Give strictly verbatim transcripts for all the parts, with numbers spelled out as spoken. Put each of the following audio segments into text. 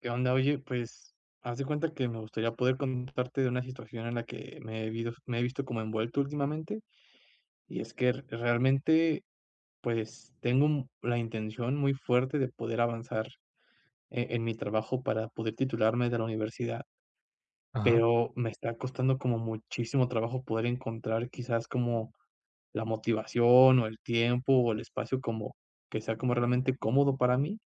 ¿Qué onda? Oye, pues, haz de cuenta que me gustaría poder contarte de una situación en la que me he vido- me he visto como envuelto últimamente. Y es que re- realmente, pues, tengo un- la intención muy fuerte de poder avanzar e- en mi trabajo para poder titularme de la universidad, Ajá, pero me está costando como muchísimo trabajo poder encontrar quizás como la motivación o el tiempo o el espacio como que sea como realmente cómodo para mí.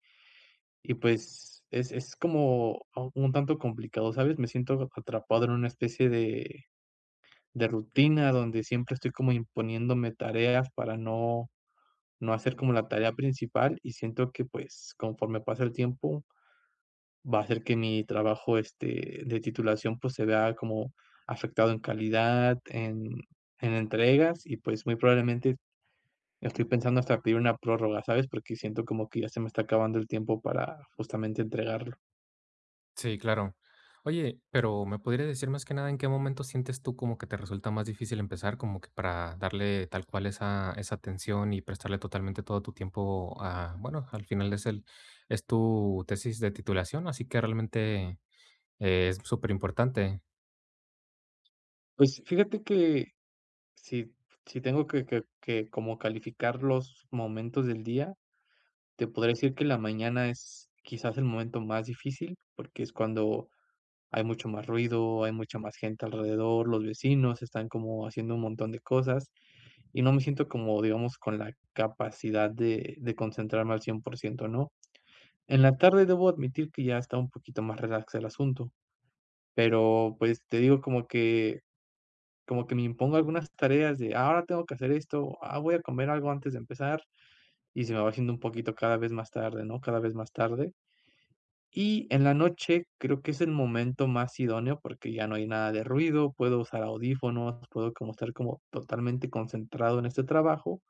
Y pues es es como a un tanto complicado, ¿sabes? Me siento atrapado en una especie de de rutina donde siempre estoy como imponiéndome tareas para no no hacer como la tarea principal y siento que, pues, conforme pasa el tiempo, va a hacer que mi trabajo, este, de titulación, pues, se vea como afectado en calidad, en en entregas y, pues, muy probablemente estoy pensando hasta pedir una prórroga, ¿sabes? Porque siento como que ya se me está acabando el tiempo para justamente entregarlo. sí, claro. Oye, pero ¿me podrías decir más que nada en qué momento sientes tú como que te resulta más difícil empezar, como que para darle tal cual esa, esa atención y prestarle totalmente todo tu tiempo a, bueno, al final es el, es tu tesis de titulación, así que realmente eh, es súper importante. Pues, fíjate que si si tengo que que que como calificar los momentos del día, te podría decir que la mañana es quizás el momento más difícil, porque es cuando hay mucho más ruido, hay mucha más gente alrededor, los vecinos están como haciendo un montón de cosas, y no me siento como, digamos, con la capacidad de de concentrarme al cien por ciento, ¿no? En la tarde debo admitir que ya está un poquito más relax el asunto, pero, pues, te digo como que como que me impongo algunas tareas de "Ah, ahora tengo que hacer esto, ah, voy a comer algo antes de empezar", y se me va haciendo un poquito cada vez más tarde, ¿no? Cada vez más tarde. Y en la noche creo que es el momento más idóneo porque ya no hay nada de ruido, puedo usar audífonos, puedo como estar como totalmente concentrado en este trabajo,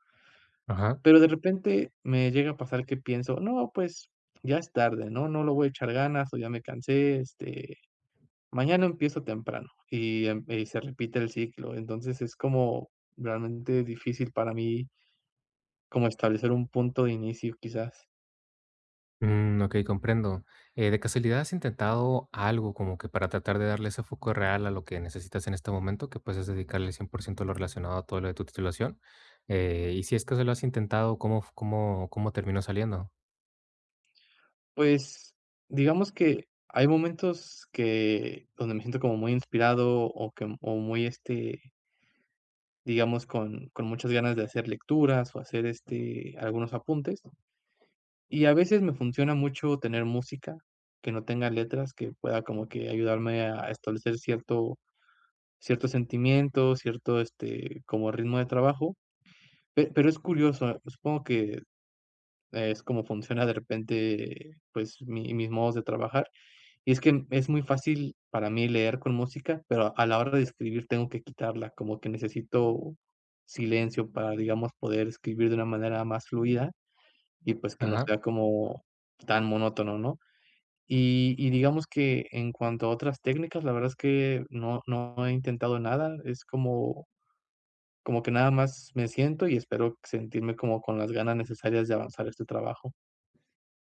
Ajá. pero de repente me llega a pasar que pienso: no, pues ya es tarde, ¿no? No lo voy a echar ganas o ya me cansé. este, Mañana empiezo temprano y, em, y se repite el ciclo, entonces es como realmente difícil para mí como establecer un punto de inicio quizás. Mm, ok, comprendo. Eh, ¿de casualidad has intentado algo como que para tratar de darle ese foco real a lo que necesitas en este momento, que pues es dedicarle cien por ciento lo relacionado a todo lo de tu titulación? Eh, y si es que se lo has intentado, ¿cómo, cómo, cómo terminó saliendo? Pues, digamos que hay momentos que donde me siento como muy inspirado o que o muy este, digamos, con, con, muchas ganas de hacer lecturas o hacer este, algunos apuntes. Y a veces me funciona mucho tener música que no tenga letras, que pueda como que ayudarme a establecer cierto cierto sentimiento, cierto, este, como ritmo de trabajo, pe pero es curioso, eh, supongo que eh, es como funciona de repente, pues, mi mis modos de trabajar, y es que es muy fácil para mí leer con música, pero a la hora de escribir tengo que quitarla, como que necesito silencio para, digamos, poder escribir de una manera más fluida y, pues, que no Ajá. sea como tan monótono, ¿no? Y y digamos que en cuanto a otras técnicas, la verdad es que no no he intentado nada, es como Como que nada más me siento y espero sentirme como con las ganas necesarias de avanzar este trabajo.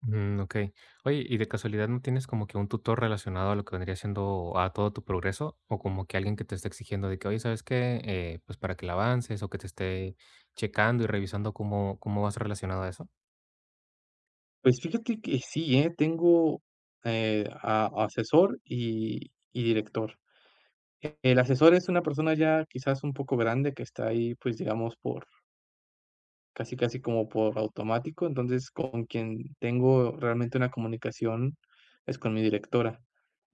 Mm, ok. Oye, ¿y de casualidad no tienes como que un tutor relacionado a lo que vendría siendo a todo tu progreso? O como que alguien que te esté exigiendo de que, oye, ¿sabes qué? Eh, pues para que la avances o que te esté checando y revisando cómo, cómo vas relacionado a eso. Pues fíjate que sí, ¿eh? Tengo, eh, a asesor y y director. E- El asesor es una persona ya quizás un poco grande que está ahí, pues, digamos, por casi, casi como por automático. Entonces, con quien tengo realmente una comunicación es con mi directora.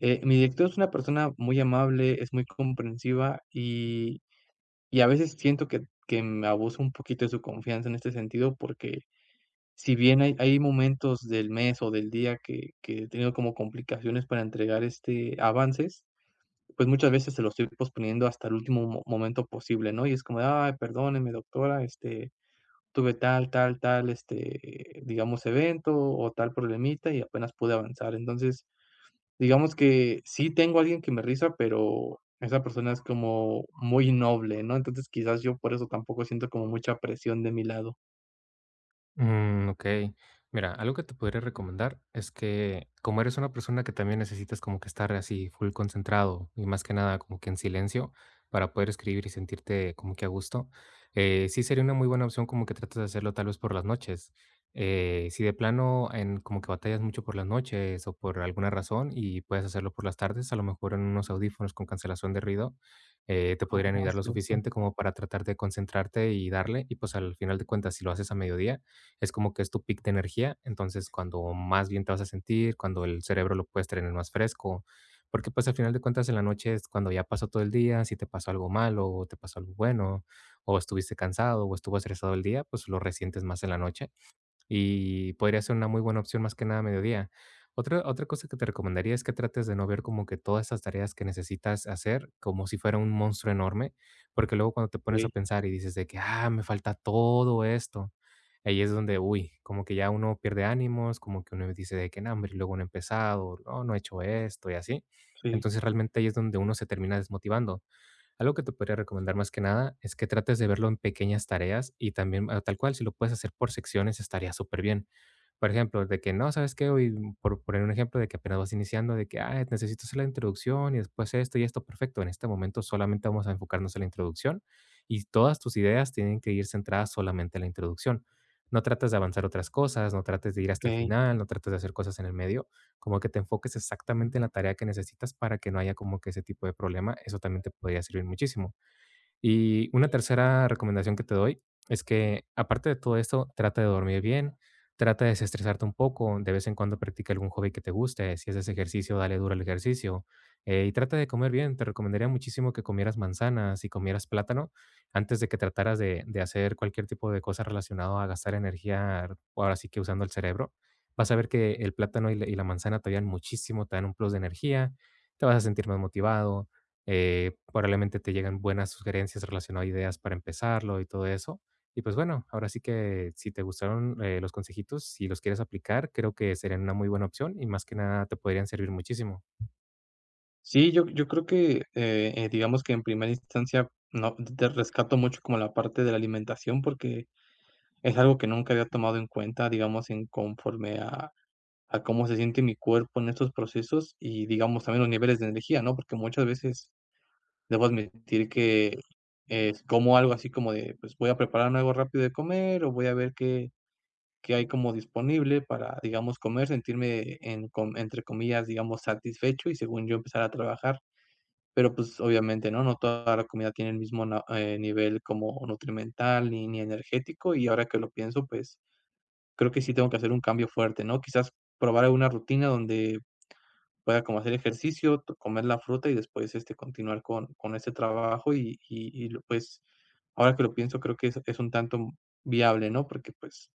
Eh, mi directora es una persona muy amable, es muy comprensiva y Y a veces siento que que me abuso un poquito de su confianza en este sentido, porque si bien hay hay momentos del mes o del día que que he tenido como complicaciones para entregar, este, avances, pues, muchas veces se los estoy posponiendo hasta el último mo momento posible, ¿no? Y es como de: "Ay, perdóneme, doctora, este, tuve tal, tal, tal, este, digamos, evento o tal problemita y apenas pude avanzar". Entonces, Digamos que sí tengo a alguien que me risa pero esa persona es como muy noble, ¿no? Entonces, quizás yo por eso tampoco siento como mucha presión de mi lado. Mm, okey. Mira, algo que te podría recomendar es que, como eres una persona que también necesitas como que estar así full concentrado y más que nada como que en silencio para poder escribir y sentirte como que a gusto, eh, sí sería una muy buena opción como que trates de hacerlo tal vez por las noches. Eh, si de plano en como que batallas mucho por las noches o por alguna razón y puedes hacerlo por las tardes, a lo mejor en unos audífonos con cancelación de ruido, eh, te podrían Ah, ayudar lo cierto. suficiente como para tratar de concentrarte y darle. Y, pues, al final de cuentas, si lo haces a mediodía, es como que es tu pic de energía, entonces cuando más bien te vas a sentir, cuando el cerebro lo puedes tener más fresco, porque pues al final de cuentas en la noche es cuando ya pasó todo el día, si te pasó algo malo o te pasó algo bueno, o estuviste cansado o estuvo estresado el día, pues lo resientes más en la noche. Y podría ser una muy buena opción más que nada a mediodía. Otra, otra cosa que te recomendaría es que trates de no ver como que todas estas tareas que necesitas hacer como si fuera un monstruo enorme, porque luego cuando te pones Sí, a pensar y dices de que, ah, me falta todo esto, ahí es donde, uy, como que ya uno pierde ánimos, como que uno dice de que, no, hombre, luego no he empezado, no, no he hecho esto y así. sí, Entonces realmente ahí es donde uno se termina desmotivando. Algo que te podría recomendar más que nada es que trates de verlo en pequeñas tareas y también ah, tal cual, si lo puedes hacer por secciones estaría súper bien. Por ejemplo, de que no, ¿sabes qué? Hoy, mm, por poner un ejemplo de que apenas vas iniciando, de que "Ah, necesito hacer la introducción y después esto y esto, perfecto. En este momento solamente vamos a enfocarnos en la introducción y todas tus ideas tienen que ir centradas solamente en la introducción. No trates de avanzar otras cosas, no trates de ir hasta el okey. final, no trates de hacer cosas en el medio, como que te enfoques exactamente en la tarea que necesitas para que no haya como que ese tipo de problema, eso también te podría servir muchísimo. Y una tercera recomendación que te doy es que, aparte de todo esto, trata de dormir bien, trata de desestresarte un poco, de vez en cuando practica algún hobby que te guste, si haces ejercicio, dale duro al ejercicio, eh, y trata de comer bien. Te recomendaría muchísimo que comieras manzanas y comieras plátano antes de que trataras de, de hacer cualquier tipo de cosa relacionado a gastar energía, ahora sí que usando el cerebro. Vas a ver que el plátano y la, y la manzana te dan muchísimo, te dan un plus de energía, te vas a sentir más motivado, eh, probablemente te llegan buenas sugerencias relacionadas a ideas para empezarlo y todo eso. Y pues bueno, ahora sí que si te gustaron eh, los consejitos, si los quieres aplicar, creo que serían una muy buena opción y más que nada te podrían servir muchísimo. Sí, yo yo creo que, eh eh, digamos que en primera instancia, no, te rescato mucho como la parte de la alimentación, porque es algo que nunca había tomado en cuenta, digamos, en conforme a a cómo se siente mi cuerpo en estos procesos y, digamos, también los niveles de energía, ¿no? Porque muchas veces Debo admitir que, es como algo así como de, pues, voy a prepararme algo rápido de comer, o voy a ver qué qué hay como disponible para, digamos, comer, sentirme en com entre comillas, digamos, satisfecho y según yo empezar a trabajar. Pero, pues, obviamente, ¿no? No toda la comida tiene el mismo na eh, nivel como nutrimental ni ni energético, y ahora que lo pienso, pues, creo que sí tengo que hacer un cambio fuerte, ¿no? Quizás probar alguna rutina donde pueda como hacer ejercicio, to comer la fruta y después, este, continuar con con ese trabajo y y y lo pues, ahora que lo pienso, creo que es es un tanto viable, ¿no? Porque, pues,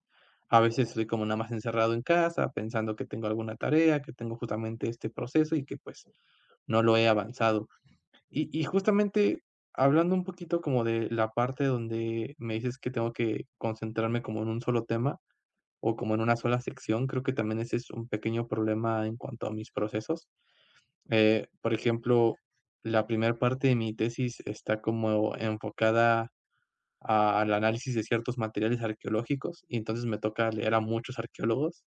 a veces estoy como nada más encerrado en casa, pensando que tengo alguna tarea, que tengo justamente este proceso y que, pues, no lo he avanzado. Y y justamente hablando un poquito como de la parte donde me dices que tengo que concentrarme como en un solo tema o como en una sola sección, creo que también ese es un pequeño problema en cuanto a mis procesos. Eh, por ejemplo, la primera parte de mi tesis está como enfocada a- al análisis de ciertos materiales arqueológicos y entonces me toca leer a muchos arqueólogos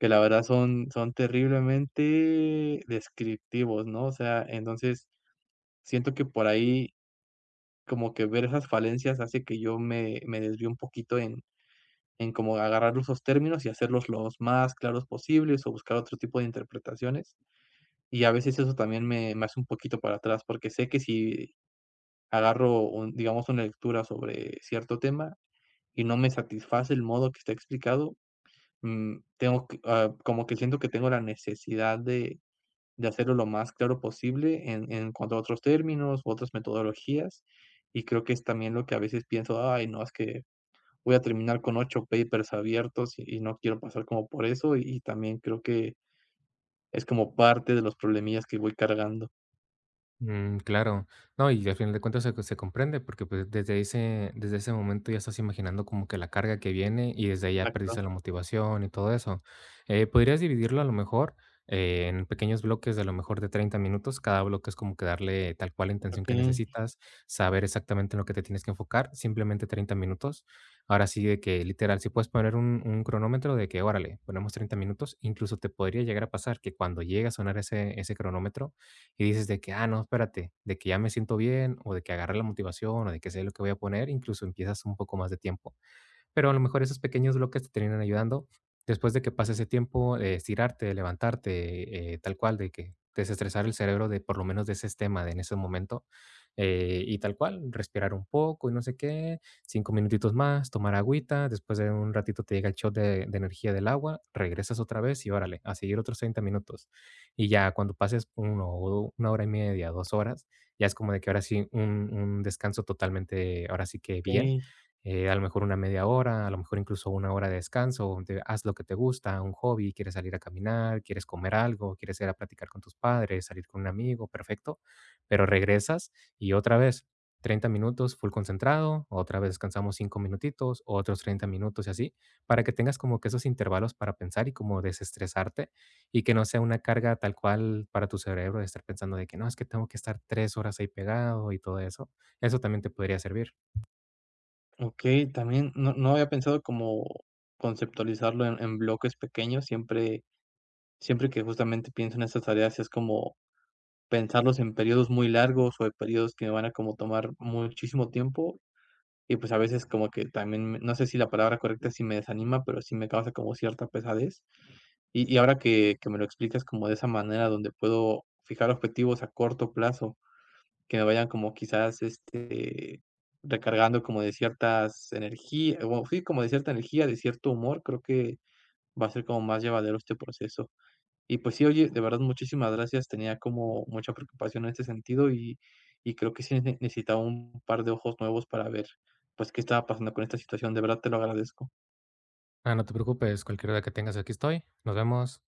que la verdad son, son terriblemente descriptivos, ¿no? O sea, entonces siento que por ahí como que ver esas falencias hace que yo me, me desvío un poquito en, en como agarrar esos términos y hacerlos los más claros posibles o buscar otro tipo de interpretaciones. Y a veces eso también me me hace un poquito para atrás, porque sé que si agarro un digamos, una lectura sobre cierto tema y no me satisface el modo que está explicado, mm, tengo que ah, como que siento que tengo la necesidad de de hacerlo lo más claro posible en en cuanto a otros términos, u otras metodologías, y creo que es también lo que a veces pienso: "Ay, no, es que voy a terminar con ocho papers abiertos y y no quiero pasar como por eso", y y también creo que es como parte de los problemillas que voy cargando. Mm, claro. No, y al final de cuentas se, se comprende, porque pues desde ese, desde ese momento ya estás imaginando como que la carga que viene y desde ahí ya exacto perdiste la motivación y todo eso. Eh, podrías dividirlo a lo mejor eh, en pequeños bloques de a lo mejor de treinta minutos. Cada bloque es como que darle tal cual la intención que Okey, necesitas, saber exactamente en lo que te tienes que enfocar, simplemente treinta minutos. Ahora sí, de que literal, si puedes poner un, un cronómetro de que, órale, ponemos treinta minutos, incluso te podría llegar a pasar que cuando llega a sonar ese, ese cronómetro, y dices de que, ah, no, espérate, de que ya me siento bien o de que agarre la motivación o de que sé lo que voy a poner, incluso empiezas un poco más de tiempo pero a lo mejor esos pequeños bloques te terminan ayudando después de que pase ese tiempo, eh, estirarte, levantarte, eh, tal cual, de que desestresar el cerebro de por lo menos de ese tema de en ese momento. eh, y tal cual, respirar un poco y no sé qué, cinco minutitos más, tomar agüita, después de un ratito te llega el shot de, de energía del agua, regresas otra vez y órale, a seguir otros treinta minutos. Y ya cuando pases uno, o una hora y media, dos horas, ya es como de que ahora sí un, un descanso totalmente, ahora sí que bien okey, eh, a lo mejor una media hora, a lo mejor incluso una hora de descanso, de haz lo que te gusta, un hobby, quieres salir a caminar, quieres comer algo, quieres ir a platicar con tus padres, salir con un amigo, perfecto, pero regresas y otra vez treinta minutos full concentrado, otra vez descansamos cinco minutitos, otros treinta minutos y así, para que tengas como que esos intervalos para pensar y como desestresarte y que no sea una carga tal cual para tu cerebro de estar pensando de que no, es que tengo que estar tres horas ahí pegado y todo eso. Eso también te podría servir. okey. También no no había pensado como conceptualizarlo en en bloques pequeños. Siempre siempre que justamente pienso en estas tareas es como pensarlos en periodos muy largos o en periodos que me van a como tomar muchísimo tiempo y, pues, a veces como que también, no sé si la palabra correcta es si me desanima, pero sí me causa como cierta pesadez. Y y ahora que que me lo explicas como de esa manera donde puedo fijar objetivos a corto plazo que me vayan como quizás, este, recargando como de ciertas energía o sí, como de cierta energía, de cierto humor, creo que va a ser como más llevadero este proceso. Y pues sí, oye, de verdad, muchísimas gracias. Tenía como mucha preocupación en este sentido y y creo que sí ne necesitaba un par de ojos nuevos para ver, pues, qué estaba pasando con esta situación. De verdad, te lo agradezco. Ah, no te preocupes, cualquier duda que tengas, aquí estoy. Nos vemos.